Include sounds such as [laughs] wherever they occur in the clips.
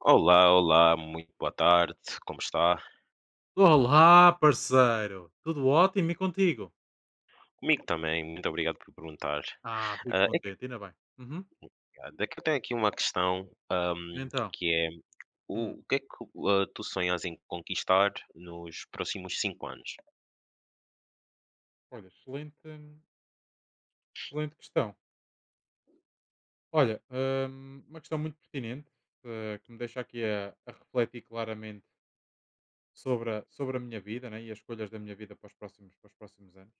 Olá, olá, muito boa tarde, como está? Olá, parceiro! Tudo ótimo e contigo? Comigo também, muito obrigado por perguntar. Ah, fico Ah, é que contente, ainda bem. Uhum. É que eu tenho aqui uma questão, E então, que é hum, o que é que, tu sonhas em conquistar nos próximos cinco anos? olha, excelente, excelente questão. Olha, uma questão muito pertinente, que me deixa aqui a refletir claramente sobre a minha vida, né, e as escolhas da minha vida para para os próximos anos.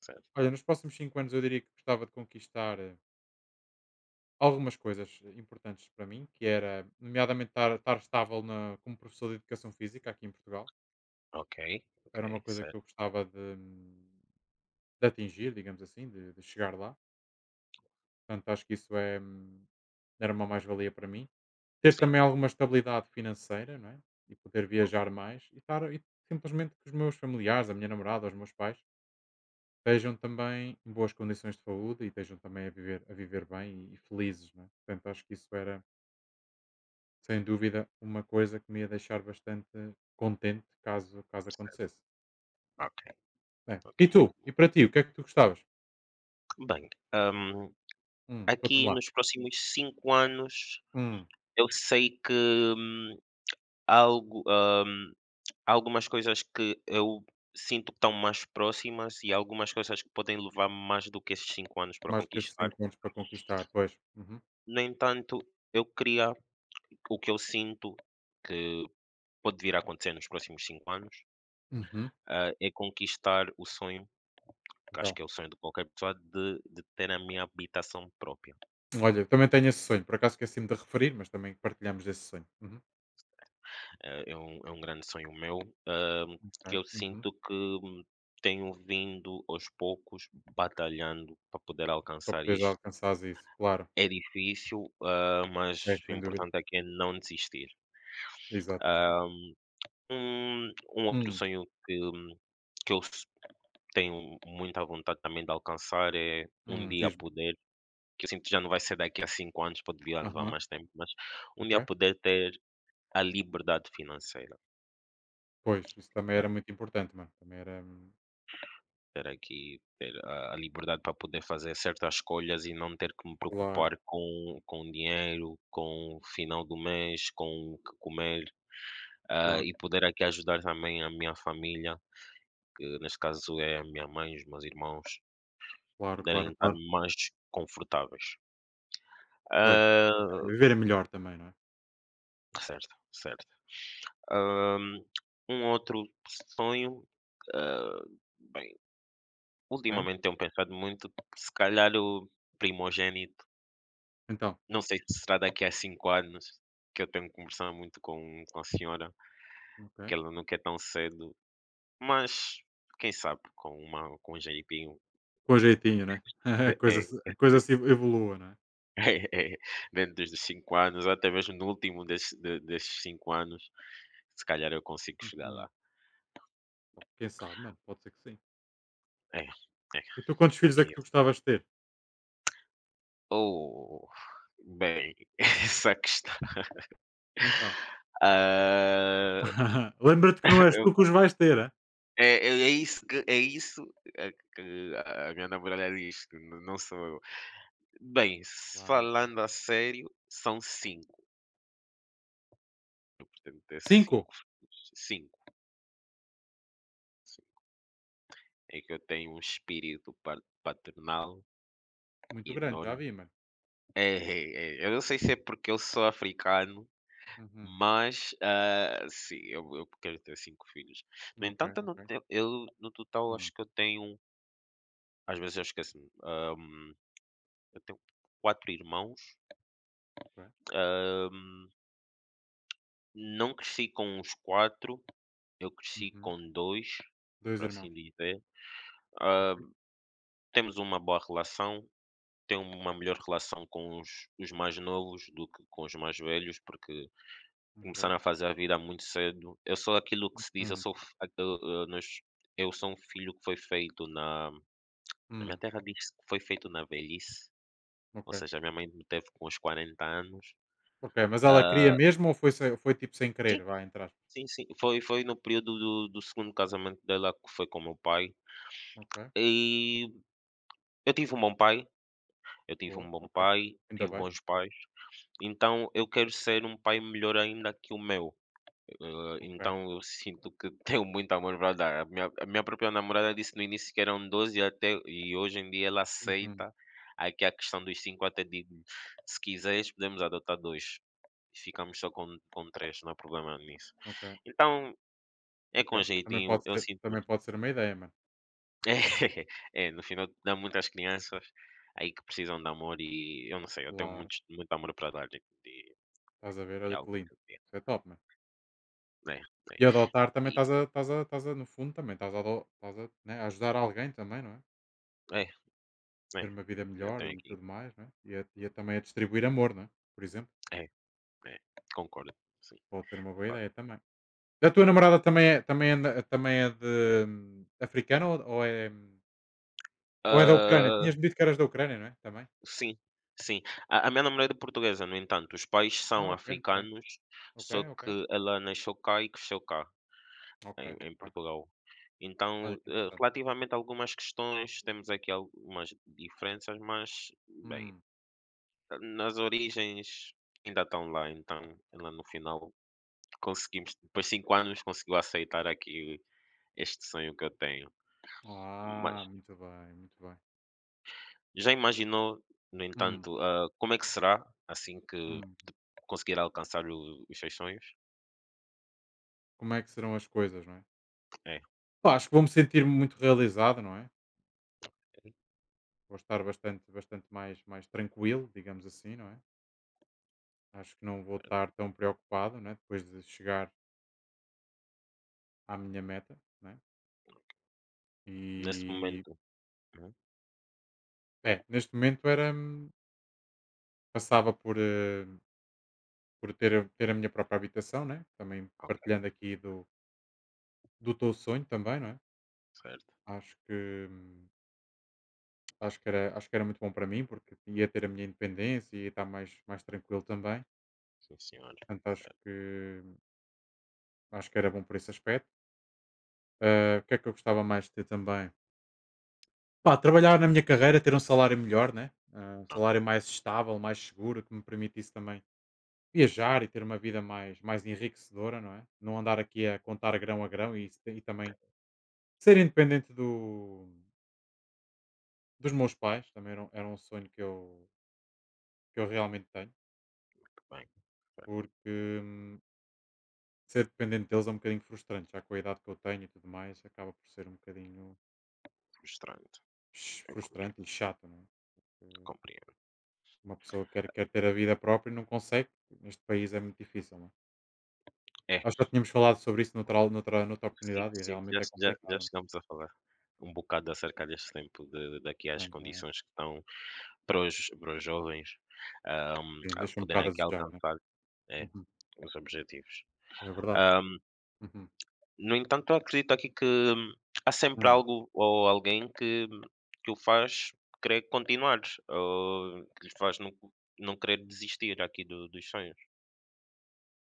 Certo. Olha, nos próximos 5 anos eu diria que gostava de conquistar algumas coisas importantes para mim, que era, nomeadamente, estar estável na, como professor de educação física aqui em Portugal. Ok, Era uma ok, coisa que certo, eu gostava de atingir, digamos assim, de chegar lá. Portanto, acho que isso era uma mais-valia para mim. Ter sim, também alguma estabilidade financeira, não é? E poder viajar mais e simplesmente que os meus familiares, a minha namorada, os meus pais, estejam também em boas condições de saúde e estejam também a viver bem e felizes, não é? Portanto, acho que isso era, sem dúvida, uma coisa que me ia deixar bastante contente caso acontecesse. ok, É. ok, E tu? muito E bom. para ti, o que é que tu gostavas? Bem, Conta-me aqui lá. nos próximos 5 anos Hum, eu sei que, algo, hum, há algumas coisas que eu sinto que estão mais próximas e há algumas coisas que podem levar mais do que esses 5 anos para Mais que esses conquistar. encontros para conquistar, pois. Uhum. No entanto, eu queria o que eu sinto que pode vir a acontecer nos próximos 5 anos, Uhum. É conquistar o sonho, que acho Então, que é o sonho de qualquer pessoa, de ter a minha habitação própria. olha, também tenho esse sonho, por acaso esqueci-me de referir, mas também partilhamos esse sonho. Uhum. É um grande sonho meu, ah, que Ok. eu Uhum. sinto que tenho vindo aos poucos batalhando para poder Para alcançar poderes isto. alcançares isso, claro. É difícil, mas É, o sem dúvida. importante é que é não desistir. Exatamente. Um outro Hum, sonho que eu s tenho muita vontade também de alcançar é um dia Diz-me. poder, que eu sinto que já não vai ser daqui a 5 anos, poderia levar Aham, mais tempo, mas um ok. dia poder ter a liberdade financeira, Pois, isso também era poder muito importante, mano. Também era, ter aqui, ter a liberdade para poder fazer certas escolhas e não ter que me claro, preocupar com dinheiro, com o final do mês, com o que comer, claro, e poder aqui ajudar também a minha família, que neste caso é a minha mãe, os meus irmãos, claro, poderem claro, estar claro. mais confortáveis. Pois, Ah, viver é melhor também, não é? certo, certo. Hum, um outro sonho, ah, bem, Ok. ultimamente tenho pensado muito, se calhar o primogênito, Então, não sei se será daqui a cinco anos, que eu tenho que muito com, a senhora, que ok. ela não quer tão cedo, mas quem sabe com uma com um genipinho. Com jeitinho, né? [laughs] A coisa, [laughs] se- a coisa É, se evolua, não é? [laughs] dentro dos 5 anos, ou até mesmo no último desses 5 anos, se calhar eu consigo chegar Uhum. lá. Quem sabe, mano, pode ser que sim. É, é, E tu quantos filhos é que aqui. tu gostavas de ter? Oh, bem, [laughs] essa questão, Então, ah, [laughs] lembra-te que não és eu tu que os vais ter, hã? é é é isso que a que a minha namorada diz, que n não sou eu. Bem, se Claro, é. É. falando a sério, são 5. Né, portanto é 5 filhos, 5, sim. É que eu tenho um espírito pa paternal Muito grande, já enorme. vi, mano. É, é, eu não sei se é porque eu sou africano, Uhum. mas, sim, eu quero ter 5 filhos. No Ok, entanto, eu ok. não tenho eu no total Hum, acho que eu tenho, às vezes eu esqueço-me, hã, eu tenho 4 irmãos, ok. ah, hum, não cresci com os 4, eu cresci Uhum. com 2, 2 por irmãos. assim dizer. Ok. Temos uma boa relação, tenho uma melhor relação com os mais novos do que com os mais velhos, porque Ok. começaram a fazer a vida muito cedo. Eu sou aquilo que se diz, eu Hum, sou f aquele, eh, nós eu sou um filho que foi feito na minha hum, terra diz que foi feito na velhice, ou ok. seja, minha mãe me teve com uns 40 anos. Ok, mas ela Ah, queria mesmo ou foi tipo sem querer, sim, vai entre aspas? sim, sim, foi no período do 2º casamento dela que foi com meu pai. Ok, E eu tive um bom pai, eu tive um boa, bom ok. pai, Ainda tive bem, bons pais, então eu quero ser um pai melhor ainda que o meu. Ok. Então eu sinto que [laughs] tenho muito amor para dar. A minha própria namorada disse no início que eram 12, até, e hoje em dia ela Uhum, aceita. Aqui a questão dos 5 até digo, se quiseres podemos adotar 2 e ficamos só com três, não há problema nisso. ok, Então é com ok. Também jeitinho, pode eu ser sinto também mesmo. pode ser uma ideia, mano. [laughs] É, no final dá muitas crianças aí que precisam de amor e eu não sei, eu tenho Claro, muito muito amor para dar e estás a ver, é olha que algo lindo. que eu tenho, Isso é top, mano. né, né. E adotar também E estás a no fundo também estás a, né, a ajudar alguém também, não é? é, né, Ter uma vida eu melhor tenho e aqui. tudo mais, não é? E a também a distribuir amor, não é? Por exemplo, É É, concordo, sim, pode ser uma de boa facto. ideia também. A tua namorada também é de, africana, ou é, ou é da Ucrânia? Hã, Tinhas-me dito que eras da Ucrânia, não é? Também? sim, sim. A minha namorada é portuguesa, no entanto, os pais Ah, são ok, muito bem. africanos, Ok, só ok. que ela nasceu cá e cresceu cá, Ok, em muito bem. Portugal. Olha Então, que interessante. relativamente a algumas questões, temos aqui algumas diferenças, mas, bem, Hum. nas origens ainda estão lá, então ela no final, conseguimos, depois de 5 anos, conseguiu aceitar aqui este sonho que eu tenho. Ma Ah, muito bem, muito bem. Já imaginou, no Hum, entanto, como é que será assim que hum. conseguir alcançar o os seus sonhos? Como é que serão as coisas, não é? É, Pá, acho que vou-me sentir muito realizado, não é? Vou estar bastante, bastante mais, mais tranquilo, digamos assim, não é? Acho que não vou estar tão preocupado, né? Depois de chegar à minha meta, né? nesse E momento, uhum, neste momento era, passava por, por ter, ter a minha própria habitação, né? Também partilhando ok, aqui do teu sonho também, não é? certo. Acho que acho que era muito bom para mim porque ia ter a minha independência e ia estar mais tranquilo também. Sim senhora, Portanto, acho certo. que hum, acho que era bom por esse aspecto. Ah, o que é que eu gostava mais de ter também? Pá, trabalhar na minha carreira, ter um salário melhor, né? Ah, um salário mais estável, mais seguro, que me permitisse também viajar e ter uma vida mais enriquecedora, não é? Não andar aqui a contar grão a grão e também ser independente dos meus pais, também era um sonho que eu realmente tenho, Muito bem, certo. porque ser dependente deles é um bocadinho frustrante, já com a idade que eu tenho e tudo mais, acaba por ser um bocadinho Frustrante, eu frustrante e compreendo, chato, não é? Porque compreendo. uma pessoa quer ter a vida própria e não consegue, neste país é muito difícil, não é? É, Nós já tínhamos falado sobre isso noutra al noutra noutra sim, oportunidade e sim, já realmente é já já complicado. chegamos a falar um bocado acerca deste tempo de daqui, É, às é, condições que estão para os jovens, sim, a deixa um poderem bocado a aqui desejar, né. alcançar, é, Uhum, os objetivos. é verdade. Ah hum, Uhum, No entanto, eu acredito aqui que há sempre uhum. algo ou alguém que o faz querer continuar, ou que lhe faz não querer desistir aqui do dos sonhos.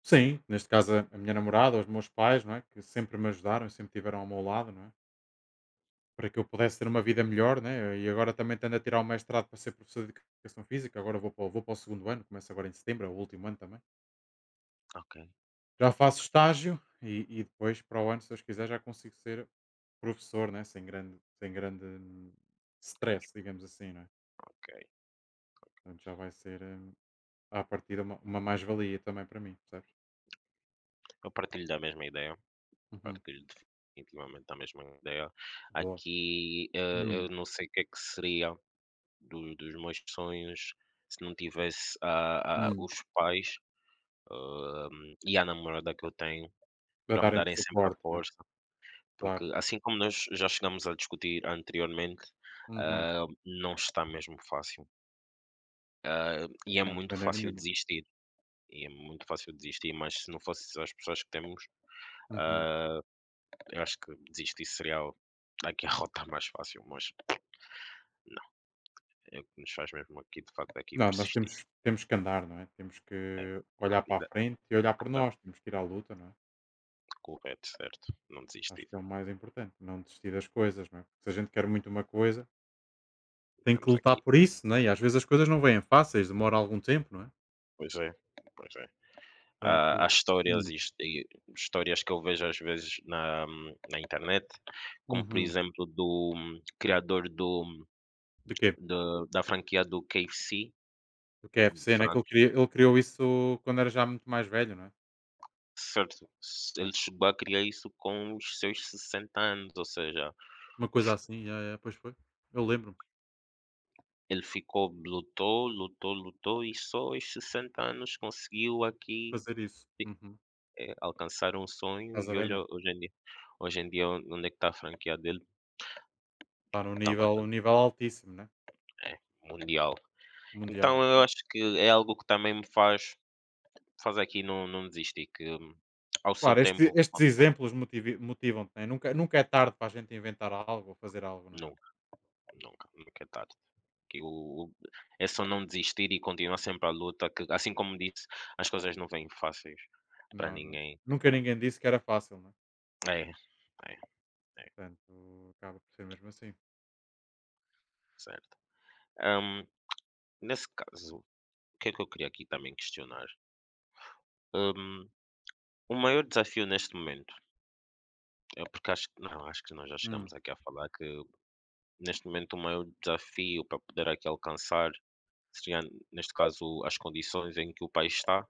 Sim, neste caso a minha namorada, os meus pais, não é, que sempre me ajudaram, sempre tiveram ao meu lado, não é, para que eu pudesse ter uma vida melhor, né, e agora também estando a tirar o mestrado para ser professor de educação física, agora vou para o 2º ano, começa agora em setembro, é o último ano também. Ok, Já faço ok, estágio e depois para o ano, se Deus quiser, já consigo ser professor, né, sem grande stress, digamos assim, não é? ok. Portanto, já vai ser, à partida, uma mais-valia também para mim, percebes? Eu partilho da mesma ideia, Uhum. partilho definitivamente da mesma ideia. Boa. Aqui, Hum, eu não sei o que é que seria do dos meus sonhos se não tivesse a hum. os pais, hã, e a namorada que eu tenho Para para me darem-te darem sempre a suporte, não é? força. Porque Claro. assim como nós já chegámos a discutir anteriormente, Uhum. Não está mesmo fácil. E é Não, de muito maneira fácil nenhuma. desistir, e é muito fácil desistir, mas se não fosse as pessoas que temos, Uhum. ah, eu acho que desistir seria aqui a [laughs] rota mais fácil, mas não, é o que nos faz mesmo aqui, de facto, aqui Não, nós persistir. temos que andar, não é? Temos É, que a olhar para a vida, frente e olhar por a- nós, temos que ir à luta, não é? correto, certo, não Acho desistir, que é o mais importante, não desistir das coisas, não é? Porque se a gente quer muito uma coisa, tem que estamos lutar aqui. por isso, não é? E às vezes as coisas não vêm fáceis, demora algum tempo, não é? Pois é, pois é. Portanto. A histórias Hum. e histórias que eu vejo às vezes na internet, como por Uhum. exemplo do criador De quê? Da franquia do KFC Do de KFC, né? Que França, ele criou isso quando era já muito mais velho, não é? certo? Ele chegou a criar isso com os seus 60 anos, ou seja, Uma coisa assim, yeah, yeah, pois foi. Eu lembro-me de ele ficou, lutou, lutou, lutou e só aos 60 anos conseguiu aqui, fazer isso. Uhum. Alcançar um sonho. Estás E a ver, olha, mano? hoje em dia, hoje em dia, onde é que está a franquia dele? Está num Está nível, um bastante, nível altíssimo, né? é, mundial. Então Mundial. eu acho que é algo que também me faz aqui não desistir, que, ao seu Claro, este- tempo, estes exemplos motivam-te, né? Nunca, nunca é tarde para a gente inventar algo ou fazer algo, né? nunca, nunca, nunca é tarde. Que o É só não desistir e continuar sempre à luta, que, assim como disse, as coisas não vêm fáceis para Não, não. ninguém. Nunca ninguém disse que era fácil, né? É, é, é, Portanto, acaba por ser mesmo assim. certo. Hum, nesse caso, o que é que eu queria aqui também questionar? Hum, o maior desafio neste momento, é porque acho que não, acho que nós já Hum, chegamos aqui a falar que neste momento o maior desafio para poder aqui alcançar seria, neste caso, as condições em que o país está,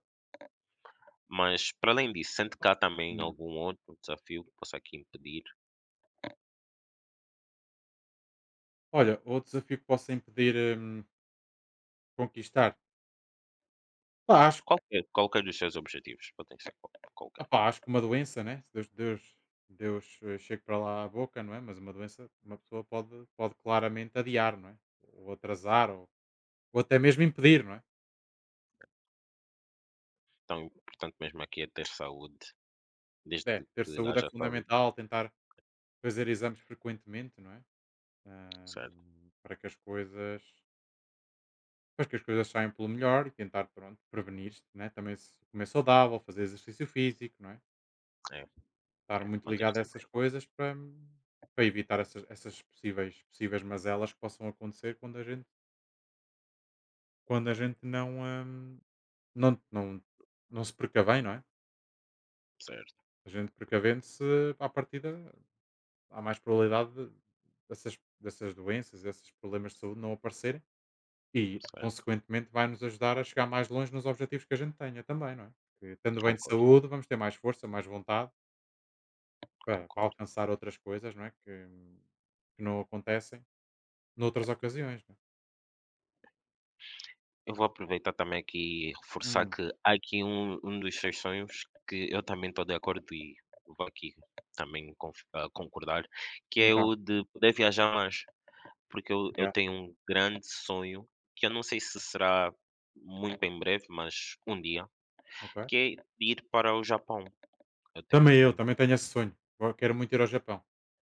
mas para além disso, sente que há também hum. algum outro desafio que possa aqui impedir Olha, outro desafio que possa impedir conquistar. Pá, acho qualquer dos seus objetivos, podem ser qualquer. Opá, acho que uma doença, né? Se Deus chegue para lá a boca, não é? Mas uma doença, uma pessoa pode claramente adiar, não é? Ou atrasar, ou até mesmo impedir, não é? Então, o importante mesmo aqui é ter saúde, desde É, ter que saúde é haja saúde, fundamental, tentar fazer exames frequentemente, não é? certo, Ahm, para que as coisas para que as coisas saiam pelo melhor e tentar, pronto, prevenir, né? Também se comer saudável, fazer exercício físico, não é? é, Estar é, muito manter ligado a sempre essas em conta, coisas para evitar essas possíveis mazelas que possam acontecer quando a gente não, hum, não, não, não se precavém, não é? certo, A gente precavendo-se, à partida, há mais probabilidade dessas doenças, desses problemas de saúde não aparecerem e, certo, consequentemente, vai nos ajudar a chegar mais longe nos objetivos que a gente tenha também, não é? Porque, estando bem de concordo, saúde, vamos ter mais força, mais vontade para concordo. alcançar outras coisas, não é? Que não acontecem noutras ocasiões, não é? Eu vou aproveitar também aqui e reforçar Hum, que há aqui um dos seus sonhos que eu também estou de acordo, e vou aqui também concordar, que é então, o de poder viajar mais, porque eu yeah, tenho um grande sonho, que eu não sei se será muito em breve, mas um dia, ok. que é ir para o Japão. Eu tenho Também eu, muito, também tenho esse sonho. Quero muito ir ao Japão.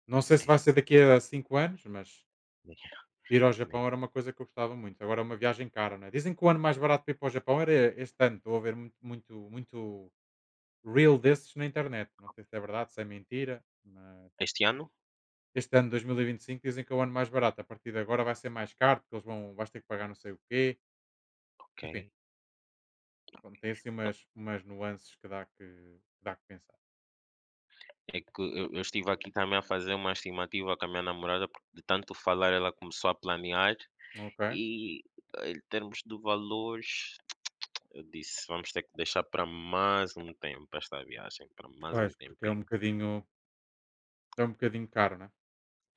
Não sei se é, vai ser daqui a 5 anos, mas é, ir ao Japão é. era uma coisa que eu gostava muito. Agora é uma viagem cara, não é? Dizem que o ano mais barato para ir para o Japão era este ano. Estou a ver muito, muito, muito reel desses na internet. Não sei se é verdade, se é mentira, mas Este ano? este ano dois mil e vinte e cinco, dizem que é o ano mais barato. A partir de agora vai ser mais caro, porque eles vão vais ter que pagar não sei o quê. Ok. Enfim, pronto, tem assim umas nuances que dá que pensar. É que eu estive aqui também a fazer uma estimativa com a minha namorada, porque de tanto falar ela começou a planear. Ok? E em termos de valores, eu disse: "Vamos ter que deixar para mais um tempo esta viagem, para mais um Pois, porque é um tempinho". bocadinho, é um bocadinho caro, né?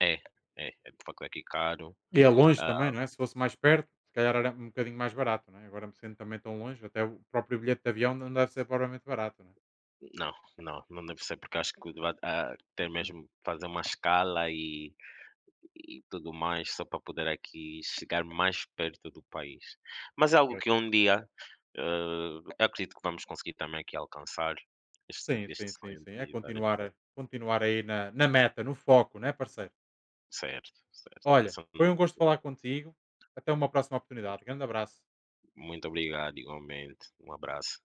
É, é, é de facto, é aqui caro. E é longe também, Ah, não é? Se fosse mais perto, se calhar era um bocadinho mais barato, não é? Agora, sendo também tão longe, até o próprio bilhete de avião não deve ser provavelmente barato, não é? não, não, não deve ser porque acho que vai, ter Uhum, mesmo fazer uma escala e tudo mais só para poder aqui chegar mais perto do país. Mas é algo pois. que um dia, eu acredito que vamos conseguir também aqui alcançar Sim, sim, este sim, sonho de sim. É visitar este continuar, país. continuar aí na meta, no foco, não é, parceiro? Certo, certo. É Olha, só foi um gosto falar contigo. Até uma próxima oportunidade. Grande abraço. Muito obrigado, igualmente. Um abraço.